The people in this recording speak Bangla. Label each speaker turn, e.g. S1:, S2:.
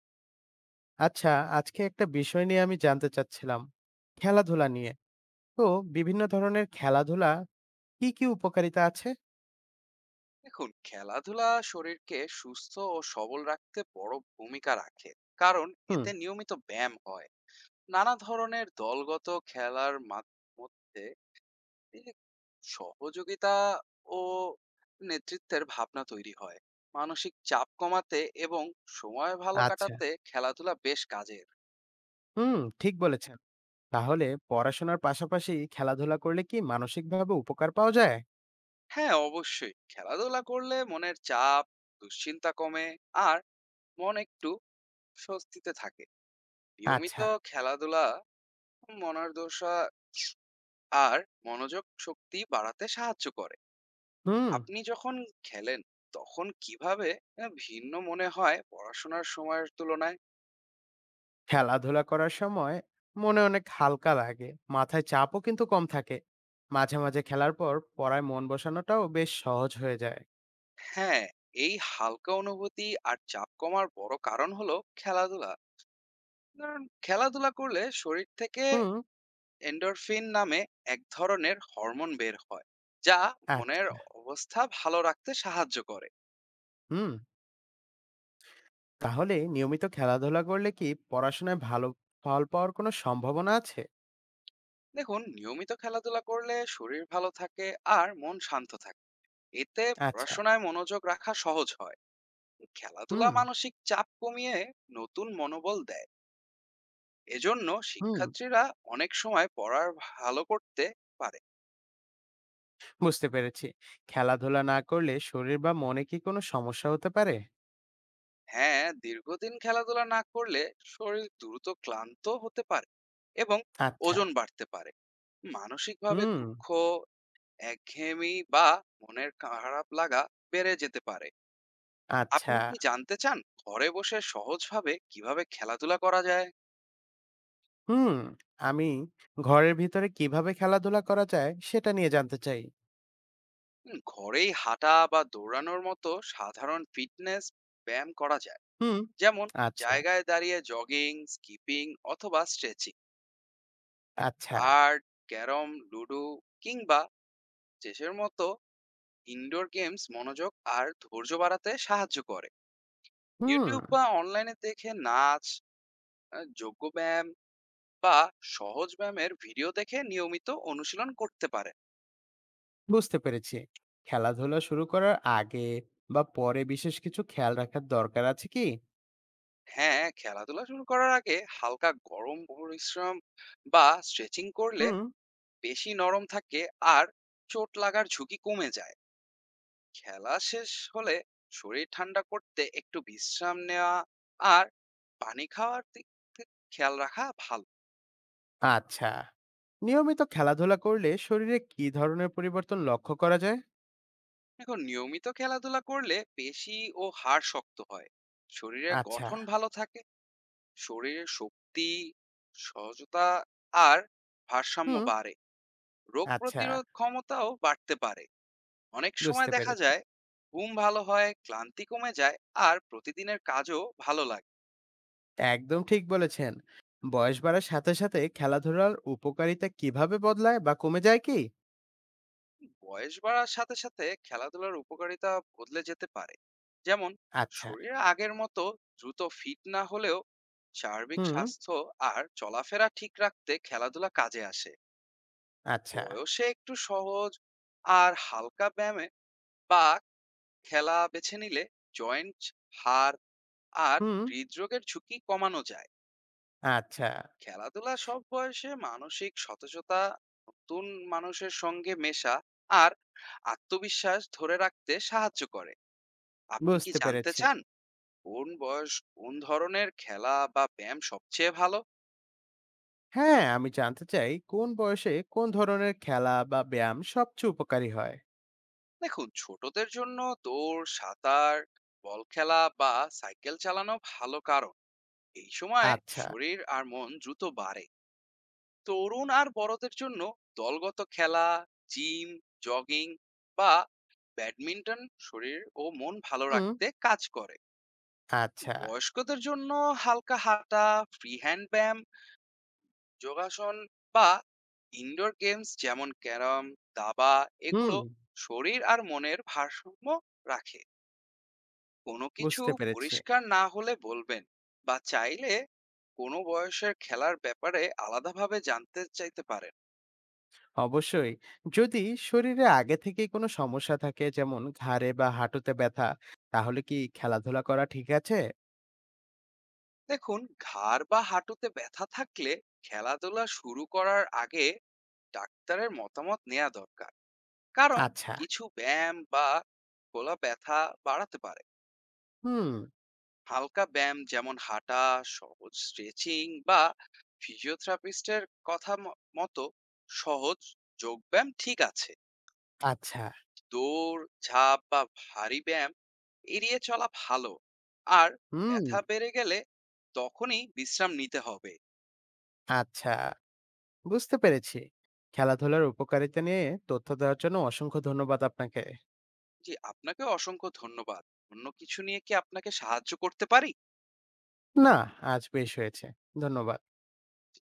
S1: আচ্ছা, আজকে একটা বিষয় নিয়ে আমি জানতে চাচ্ছিলাম, খেলাধুলা নিয়ে। তো বিভিন্ন ধরনের খেলাধুলা কি, কি উপকারিতা আছে?
S2: দেখুন, খেলাধুলা শরীরকে সুস্থ ও সবল রাখতে বড় ভূমিকা রাখে। কারণ
S1: হুম।
S2: এতে নিয়মিত ব্যায়াম হয়, নানা ধরনের দলগত খেলার মধ্যে এই যে সহযোগিতা ও নেতৃত্বের ভাবনা তৈরি হয়। মানসিক চাপ কমাতে এবং সময় ভালো
S1: আচ্ছা,
S2: কাটাতে খেলাধুলা বেশ কাজের।
S1: হুম, ঠিক বলেছেন। তাহলে পড়াশোনার পাশাপাশি খেলাধুলা করলে কি মানসিকভাবে উপকার পাওয়া যায়?
S2: হ্যাঁ, অবশ্যই খেলাধুলা করলে মনের চাপ, দুশ্চিন্তা কমে, আর মন একটু স্বস্তিতে থাকে। নিয়মিত
S1: আচ্ছা,
S2: খেলাধুলা মনারদশা আর মনোযোগ শক্তি বাড়াতে সাহায্য করে।
S1: হুম,
S2: আপনি যখন খেলেন তখন কিভাবে ভিন্ন মনে হয় পড়াশোনার সময়ের তুলনায়?
S1: খেলাধুলা করার সময় মনে অনেক হালকা লাগে, মাথায় চাপও কিন্তু কম থাকে। মাঝে, মাঝে খেলার পর পড়ায় মন বসানোটাও বেশ সহজ হয়ে যায়।
S2: হ্যাঁ, এই হালকা অনুভূতি আর চাপ কমার বড় কারণ হলো খেলাধুলা। কারণ খেলাধুলা করলে শরীর থেকে
S1: হুম,
S2: এন্ডোরফিন নামে এক ধরনের হরমোন বের হয়, যা মনের
S1: আচ্ছা,
S2: অবস্থা ভালো রাখতে সাহায্য করে।
S1: হুম। তাহলে নিয়মিত খেলাধুলা করলে কি পড়াশোনায় ভালো ফল পাওয়ার কোনো সম্ভাবনা আছে?
S2: দেখুন, নিয়মিত খেলাধুলা করলে শরীর ভালো থাকে আর মন শান্ত থাকে, এতে
S1: আচ্ছা।
S2: পড়াশোনায় মনোযোগ রাখা সহজ হয়। খেলাধুলা
S1: হুম,
S2: মানসিক চাপ কমিয়ে নতুন মনোবল দেয়, এজন্য
S1: হুম,
S2: শিক্ষার্থীরা অনেক সময় পড়ার ভালো করতে পারে।
S1: বুঝতে পেরেছি। খেলাধুলা না করলে শরীর বা মনে কি কোনো সমস্যা হতে পারে?
S2: হ্যাঁ, দীর্ঘদিন খেলাধুলা না করলে শরীর দ্রুত ক্লান্ত হতে পারে এবং
S1: আচ্ছা।
S2: ওজন বাড়তে পারে। মানসিকভাবে
S1: হুম,
S2: দুঃখ, একঘেয়েমি বা মনের খারাপ লাগা বেড়ে যেতে পারে।
S1: আচ্ছা।
S2: আপনি কি জানতে চান ঘরে বসে সহজভাবে কিভাবে খেলাধুলা করা যায়?
S1: হুম, আমি ঘরের ভিতরে কিভাবে খেলাধুলা করা যায় সেটা নিয়ে জানতে চাই।
S2: হুম, ঘরেই হাঁটা বা দৌড়ানোর মতো সাধারণ ফিটনেস ব্যায়াম করা যায়।
S1: হুম,
S2: যেমন
S1: আচ্ছা,
S2: জায়গায় দাঁড়িয়ে জগিং, স্কিপিং অথবা স্ট্রেচিং।
S1: আচ্ছা।
S2: কার্ড, ক্যারম, লুডো কিংবা চেসের মতো ইনডোর গেমস মনোযোগ আর ধৈর্য বাড়াতে সাহায্য করে।
S1: হুম,
S2: ইউটিউব বা অনলাইনে দেখে নাচ, যোগ্য ব্যায়াম বা সহজ ব্যায়ামের ভিডিও দেখে নিয়মিত অনুশীলন করতে পারে।
S1: বুঝতে পেরেছি। খেলাধুলা শুরু করার আগে বা পরে বিশেষ কিছু খেয়াল রাখার দরকার আছে কি?
S2: হ্যাঁ, খেলাধুলা শুরু করার আগে হালকা গরম পরিশ্রম বা স্ট্রেচিং করলে
S1: হুম,
S2: বেশি নরম থাকে আর চোট লাগার ঝুঁকি কমে যায়। খেলা শেষ হলে শরীর ঠান্ডা করতে একটু বিশ্রাম নেওয়া আর পানি খাওয়ার দিক থেকে খেয়াল রাখা ভালো।
S1: আচ্ছা। নিয়মিত খেলাধুলা করলে শরীরে কি ধরনের পরিবর্তন লক্ষ্য করা যায়?
S2: এখন নিয়মিত খেলাধুলা করলে পেশি ও হাড় শক্ত হয়, শরীরের
S1: আচ্ছা।
S2: গঠন ভালো থাকে। শরীরের শক্তি, সহজতা আর ভারসাম্য
S1: হুম।
S2: বাড়ে। রোগ
S1: আচ্ছা।
S2: প্রতিরোধ ক্ষমতাও বাড়তে পারে। অনেক
S1: বুঝতে
S2: সময় দেখা
S1: পেরেছি।
S2: যায় ঘুম ভালো হয়, ক্লান্তি কমে যায় আর প্রতিদিনের কাজও ভালো লাগে।
S1: একদম ঠিক বলেছেন। বয়স বাড়ার সাথে সাথে খেলাধুলার উপকারিতা কিভাবে বদলায় বা কমে যায় কি?
S2: বয়স বাড়ার সাথে সাথে খেলাধুলার উপকারিতা বদলে যেতে পারে। যেমন
S1: আচ্ছা।
S2: শরীর আগের মতো দ্রুত ফিট না হলেও সার্বিক
S1: হুম।
S2: স্বাস্থ্য আর চলাফেরা ঠিক রাখতে খেলাধুলা কাজে আসে।
S1: আচ্ছা।
S2: বয়সে একটু সহজ আর হালকা ব্যায়ামে বা খেলা বেছে নিলে জয়েন্ট, হাড় আর
S1: হুম।
S2: হৃদরোগের ঝুঁকি কমানো যায়।
S1: আচ্ছা।
S2: খেলাধুলা সব বয়সে মানসিক সতেজতা, নতুন মানুষের সঙ্গে মেশা আর আত্মবিশ্বাস ধরে রাখতে সাহায্য করে। আপনি কি
S1: বুঝতে
S2: জানতে
S1: পেরেছি।
S2: চান কোন বয়স কোন ধরনের খেলা বা ব্যায়াম সবচেয়ে ভালো?
S1: হ্যাঁ, আমি জানতে চাই কোন বয়সে কোন ধরনের খেলা বা ব্যায়াম সবচেয়ে উপকারী হয়।
S2: দেখুন, ছোটদের জন্য দৌড়, সাঁতার, বল খেলা বা সাইকেল চালানো ভালো, কারণ এই সময়
S1: আচ্ছা।
S2: শরীর আর মন দ্রুত বাড়ে। তরুণ আর বড়দের জন্য দলগত খেলা, জিম, জগিং বা ব্যাডমিন্টন শরীর ও মন ভালো
S1: হুম।
S2: রাখতে কাজ করে।
S1: আচ্ছা।
S2: বয়স্কদের জন্য হালকা হাঁটা, ফ্রি হ্যান্ড ব্যায়াম, যোগাসন বা ইনডোর গেমস যেমন ক্যারম, দাবা
S1: হুম।
S2: এগুলো শরীর আর মনের ভারসাম্য রাখে। কোনো কিছু
S1: বুঝতে পেরেছি।
S2: পরিষ্কার না হলে বলবেন, বা চাইলে কোনো বয়সের খেলার ব্যাপারে আলাদাভাবে জানতে চাইতে পারেন।
S1: অবশ্যই। যদি শরীরে আগে থেকেই কোনো সমস্যা থাকে, যেমন ঘাড়ে বা হাঁটুতে ব্যথা, তাহলে কি খেলাধুলা করা ঠিক আছে?
S2: দেখুন, ঘাড় বা হাঁটুতে ব্যথা থাকলে খেলাধুলা শুরু করার আগে ডাক্তারের মতামত নেওয়া দরকার। কারণ
S1: আচ্ছা।
S2: কিছু ব্যায়াম বা খোলা ব্যথা বাড়াতে পারে।
S1: হুম।
S2: হালকা ব্যায়াম যেমন হাঁটা, সহজ স্ট্রেচিং বা ফিজিওথেরাপিস্টের কথা মতো সহজ যোগব্যায়াম ঠিক আছে।
S1: আচ্ছা।
S2: দৌড় ঝাঁপ বা ভারী ব্যায়াম এড়িয়ে চলা ভালো। আর
S1: হুম।
S2: ব্যথা বেড়ে গেলে তখনই বিশ্রাম নিতে হবে।
S1: আচ্ছা। বুঝতে পেরেছি। খেলাধুলার উপকারিতা নিয়ে তথ্য দেওয়ার জন্য অসংখ্য ধন্যবাদ আপনাকে।
S2: জি, আপনাকেও অসংখ্য ধন্যবাদ। অন্য কিছু নিয়ে কি আপনাকে সাহায্য করতে পারি?
S1: না, আজ বেশ হয়েছে। ধন্যবাদ।